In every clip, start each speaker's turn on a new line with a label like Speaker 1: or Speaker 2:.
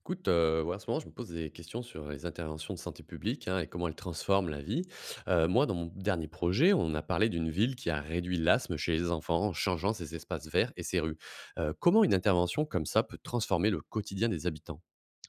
Speaker 1: Écoute, ouais, en ce moment, je me pose des questions sur les interventions de santé publique, hein, et comment elles transforment la vie. Moi, dans mon dernier projet, on a parlé d'une ville qui a réduit l'asthme chez les enfants en changeant ses espaces verts et ses rues. Comment une intervention comme ça peut transformer le quotidien des habitants?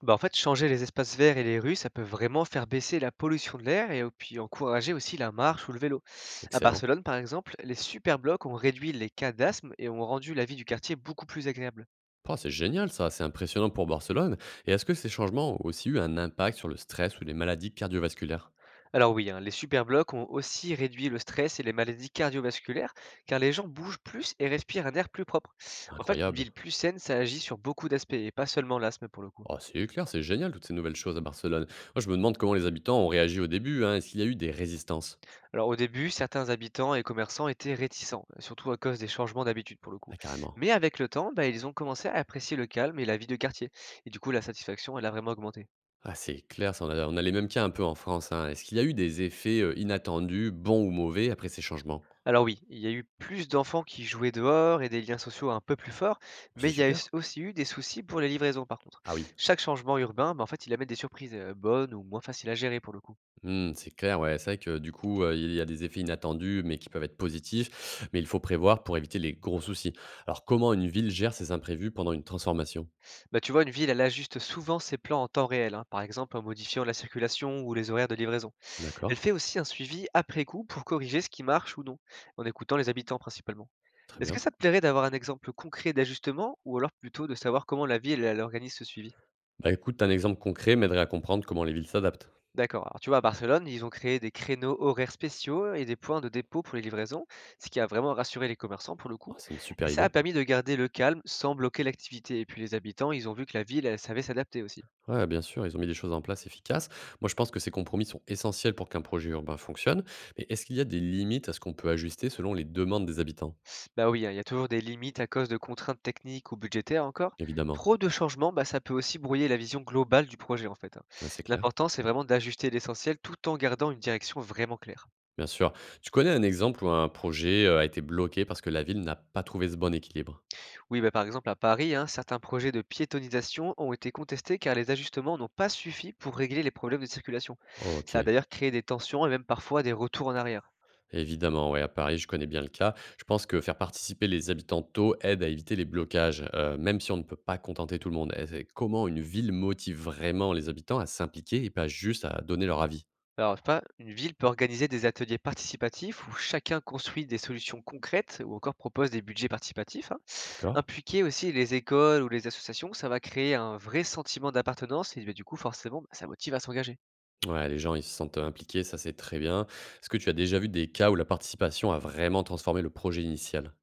Speaker 2: Bah, en fait, changer les espaces verts et les rues, ça peut vraiment faire baisser la pollution de l'air et puis encourager aussi la marche ou le vélo. À
Speaker 1: Excellent.
Speaker 2: Barcelone, par exemple, les superblocs ont réduit les cas d'asthme et ont rendu la vie du quartier beaucoup plus agréable.
Speaker 1: Oh, c'est génial ça, c'est impressionnant pour Barcelone. Et est-ce que ces changements ont aussi eu un impact sur le stress ou les maladies cardiovasculaires?
Speaker 2: Alors oui, hein, les superblocs ont aussi réduit le stress et les maladies cardiovasculaires, car les gens bougent plus et respirent un air plus propre. En fait, une
Speaker 1: Incroyable.
Speaker 2: ville plus saine, ça agit sur beaucoup d'aspects et pas seulement l'asthme pour le coup.
Speaker 1: Oh, c'est clair, c'est génial toutes ces nouvelles choses à Barcelone. Moi, je me demande comment les habitants ont réagi au début, hein. Est-ce qu'il y a eu des résistances?
Speaker 2: Alors au début, certains habitants et commerçants étaient réticents, surtout à cause des changements d'habitude pour le coup.
Speaker 1: Ah, carrément.
Speaker 2: Mais avec le temps, bah, ils ont commencé à apprécier le calme et la vie de quartier. Et du coup, la satisfaction, elle a vraiment augmenté.
Speaker 1: Ah, c'est clair, ça, on a les mêmes cas un peu en France, hein. Est-ce qu'il y a eu des effets, inattendus, bons ou mauvais, après ces changements?
Speaker 2: Alors oui, il y a eu plus d'enfants qui jouaient dehors et des liens sociaux un peu plus forts, mais
Speaker 1: C'est
Speaker 2: il y a eu-
Speaker 1: super.
Speaker 2: aussi eu des soucis pour les livraisons par contre.
Speaker 1: Ah oui,
Speaker 2: Chaque changement urbain, bah, en fait, il amène des surprises bonnes ou moins faciles à gérer pour le coup.
Speaker 1: mmh, c'est clair, ouais, c'est vrai que du coup, il y a des effets inattendus, mais qui peuvent être positifs, mais il faut prévoir pour éviter les gros soucis. Alors comment une ville gère ces imprévus pendant une transformation?
Speaker 2: Bah, tu vois, une ville, elle ajuste souvent ses plans en temps réel, hein, par exemple en modifiant la circulation ou les horaires de livraison.
Speaker 1: D'accord,
Speaker 2: Elle fait aussi un suivi après coup pour corriger ce qui marche ou non, en écoutant les habitants principalement.
Speaker 1: très
Speaker 2: Est-ce que
Speaker 1: bien.
Speaker 2: ça te plairait d'avoir un exemple concret d'ajustement ou alors plutôt de savoir comment la ville elle organise ce suivi?
Speaker 1: Bah, écoute, un exemple concret m'aiderait à comprendre comment les villes s'adaptent.
Speaker 2: D'accord, alors tu vois, à Barcelone, ils ont créé des créneaux horaires spéciaux et des points de dépôt pour les livraisons, ce qui a vraiment rassuré les commerçants pour le
Speaker 1: Ah,
Speaker 2: coup.
Speaker 1: c'est une
Speaker 2: Et
Speaker 1: super
Speaker 2: ça a
Speaker 1: idée.
Speaker 2: permis de garder le calme sans bloquer l'activité. Et puis les habitants, ils ont vu que la ville, elle savait s'adapter aussi.
Speaker 1: Ouais, bien sûr, ils ont mis des choses en place efficaces. Moi, je pense que ces compromis sont essentiels pour qu'un projet urbain fonctionne. Mais est-ce qu'il y a des limites à ce qu'on peut ajuster selon les demandes des habitants?
Speaker 2: Bah oui, hein, il y a toujours des limites à cause de contraintes techniques ou budgétaires encore.
Speaker 1: Évidemment,
Speaker 2: Trop de changements, bah, ça peut aussi brouiller la vision globale du projet en fait, hein.
Speaker 1: ouais, c'est clair.
Speaker 2: L'important, c'est vraiment d'ajuster l'essentiel tout en gardant une direction vraiment claire.
Speaker 1: Bien sûr. Tu connais un exemple où un projet a été bloqué parce que la ville n'a pas trouvé ce bon équilibre?
Speaker 2: Oui, bah, par exemple à Paris, hein, certains projets de piétonisation ont été contestés car les ajustements n'ont pas suffi pour régler les problèmes de circulation.
Speaker 1: Ok,
Speaker 2: Ça a d'ailleurs créé des tensions et même parfois des retours en arrière.
Speaker 1: évidemment, ouais, à Paris, je connais bien le cas. Je pense que faire participer les habitants tôt aide à éviter les blocages, même si on ne peut pas contenter tout le monde. Et c'est comment une ville motive vraiment les habitants à s'impliquer et pas juste à donner leur avis?
Speaker 2: Alors, je sais pas, une ville peut organiser des ateliers participatifs où chacun construit des solutions concrètes ou encore propose des budgets participatifs, hein.
Speaker 1: D'accord.
Speaker 2: Impliquer aussi les écoles ou les associations, ça va créer un vrai sentiment d'appartenance et bah, du coup, forcément, bah, ça motive à s'engager.
Speaker 1: Ouais, les gens, ils se sentent, impliqués, ça, c'est très bien. Est-ce que tu as déjà vu des cas où la participation a vraiment transformé le projet initial?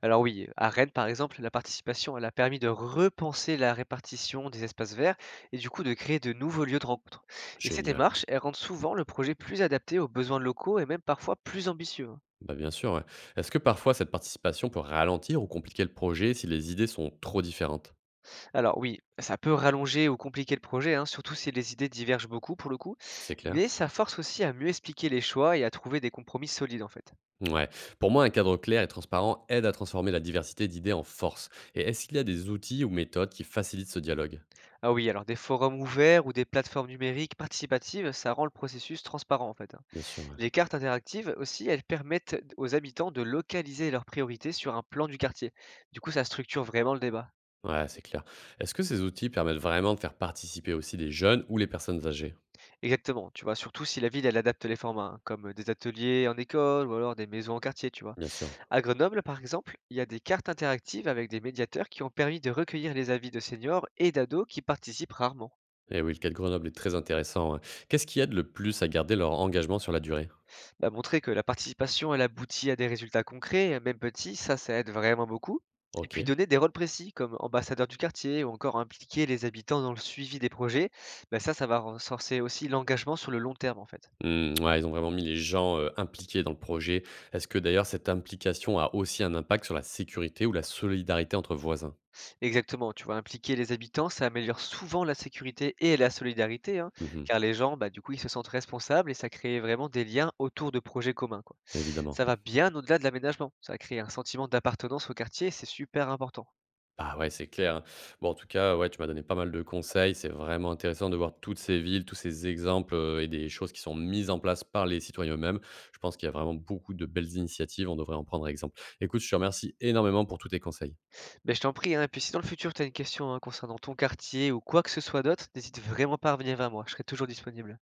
Speaker 2: Alors oui, à Rennes, par exemple, la participation, elle a permis de repenser la répartition des espaces verts et du coup de créer de nouveaux lieux de rencontre. Et ces
Speaker 1: Génial.
Speaker 2: démarches, elles rendent souvent le projet plus adapté aux besoins locaux et même parfois plus ambitieux, hein.
Speaker 1: Bah, bien sûr, ouais. Est-ce que parfois cette participation peut ralentir ou compliquer le projet si les idées sont trop différentes?
Speaker 2: Alors oui, ça peut rallonger ou compliquer le projet, hein, surtout si les idées divergent beaucoup pour le coup,
Speaker 1: C'est clair?
Speaker 2: mais ça force aussi à mieux expliquer les choix et à trouver des compromis solides en fait.
Speaker 1: Ouais. Pour moi, un cadre clair et transparent aide à transformer la diversité d'idées en force. Et est-ce qu'il y a des outils ou méthodes qui facilitent ce dialogue?
Speaker 2: Ah oui, alors des forums ouverts ou des plateformes numériques participatives, ça rend le processus transparent en fait, hein.
Speaker 1: Bien sûr, ouais.
Speaker 2: Les cartes interactives aussi, elles permettent aux habitants de localiser leurs priorités sur un plan du quartier. Du coup, ça structure vraiment le débat.
Speaker 1: Ouais, c'est clair. Est-ce que ces outils permettent vraiment de faire participer aussi des jeunes ou les personnes âgées?
Speaker 2: Exactement, tu vois? Surtout si la ville, elle adapte les formats, hein, comme des ateliers en école ou alors des maisons en quartier, tu vois?
Speaker 1: Bien sûr.
Speaker 2: À Grenoble, par exemple, il y a des cartes interactives avec des médiateurs qui ont permis de recueillir les avis de seniors et d'ados qui participent rarement.
Speaker 1: Eh oui, le cas de Grenoble est très intéressant, hein. Qu'est-ce qui aide le plus à garder leur engagement sur la durée?
Speaker 2: Bah, montrer que la participation, elle aboutit à des résultats concrets, même petits, ça aide vraiment beaucoup. Et
Speaker 1: OK.
Speaker 2: puis donner des rôles précis, comme ambassadeur du quartier ou encore impliquer les habitants dans le suivi des projets, bah ça, ça va renforcer aussi l'engagement sur le long terme, en fait.
Speaker 1: Mmh, ouais, ils ont vraiment mis les gens, impliqués dans le projet. Est-ce que d'ailleurs cette implication a aussi un impact sur la sécurité ou la solidarité entre voisins?
Speaker 2: Exactement, tu vois, impliquer les habitants, ça améliore souvent la sécurité et la solidarité, hein,
Speaker 1: Mmh.
Speaker 2: car les gens, bah, du coup, ils se sentent responsables et ça crée vraiment des liens autour de projets communs, quoi.
Speaker 1: Évidemment.
Speaker 2: Ça va bien au-delà de l'aménagement, ça crée un sentiment d'appartenance au quartier, c'est super important.
Speaker 1: Bah, ouais, c'est clair, hein. Bon, en tout cas, ouais, tu m'as donné pas mal de conseils. C'est vraiment intéressant de voir toutes ces villes, tous ces exemples, et des choses qui sont mises en place par les citoyens eux-mêmes. Je pense qu'il y a vraiment beaucoup de belles initiatives, on devrait en prendre exemple. Écoute, je te remercie énormément pour tous tes conseils.
Speaker 2: Mais je t'en prie, hein, et puis si dans le futur, tu as une question hein, concernant ton quartier ou quoi que ce soit d'autre, n'hésite vraiment pas à revenir vers moi, je serai toujours disponible.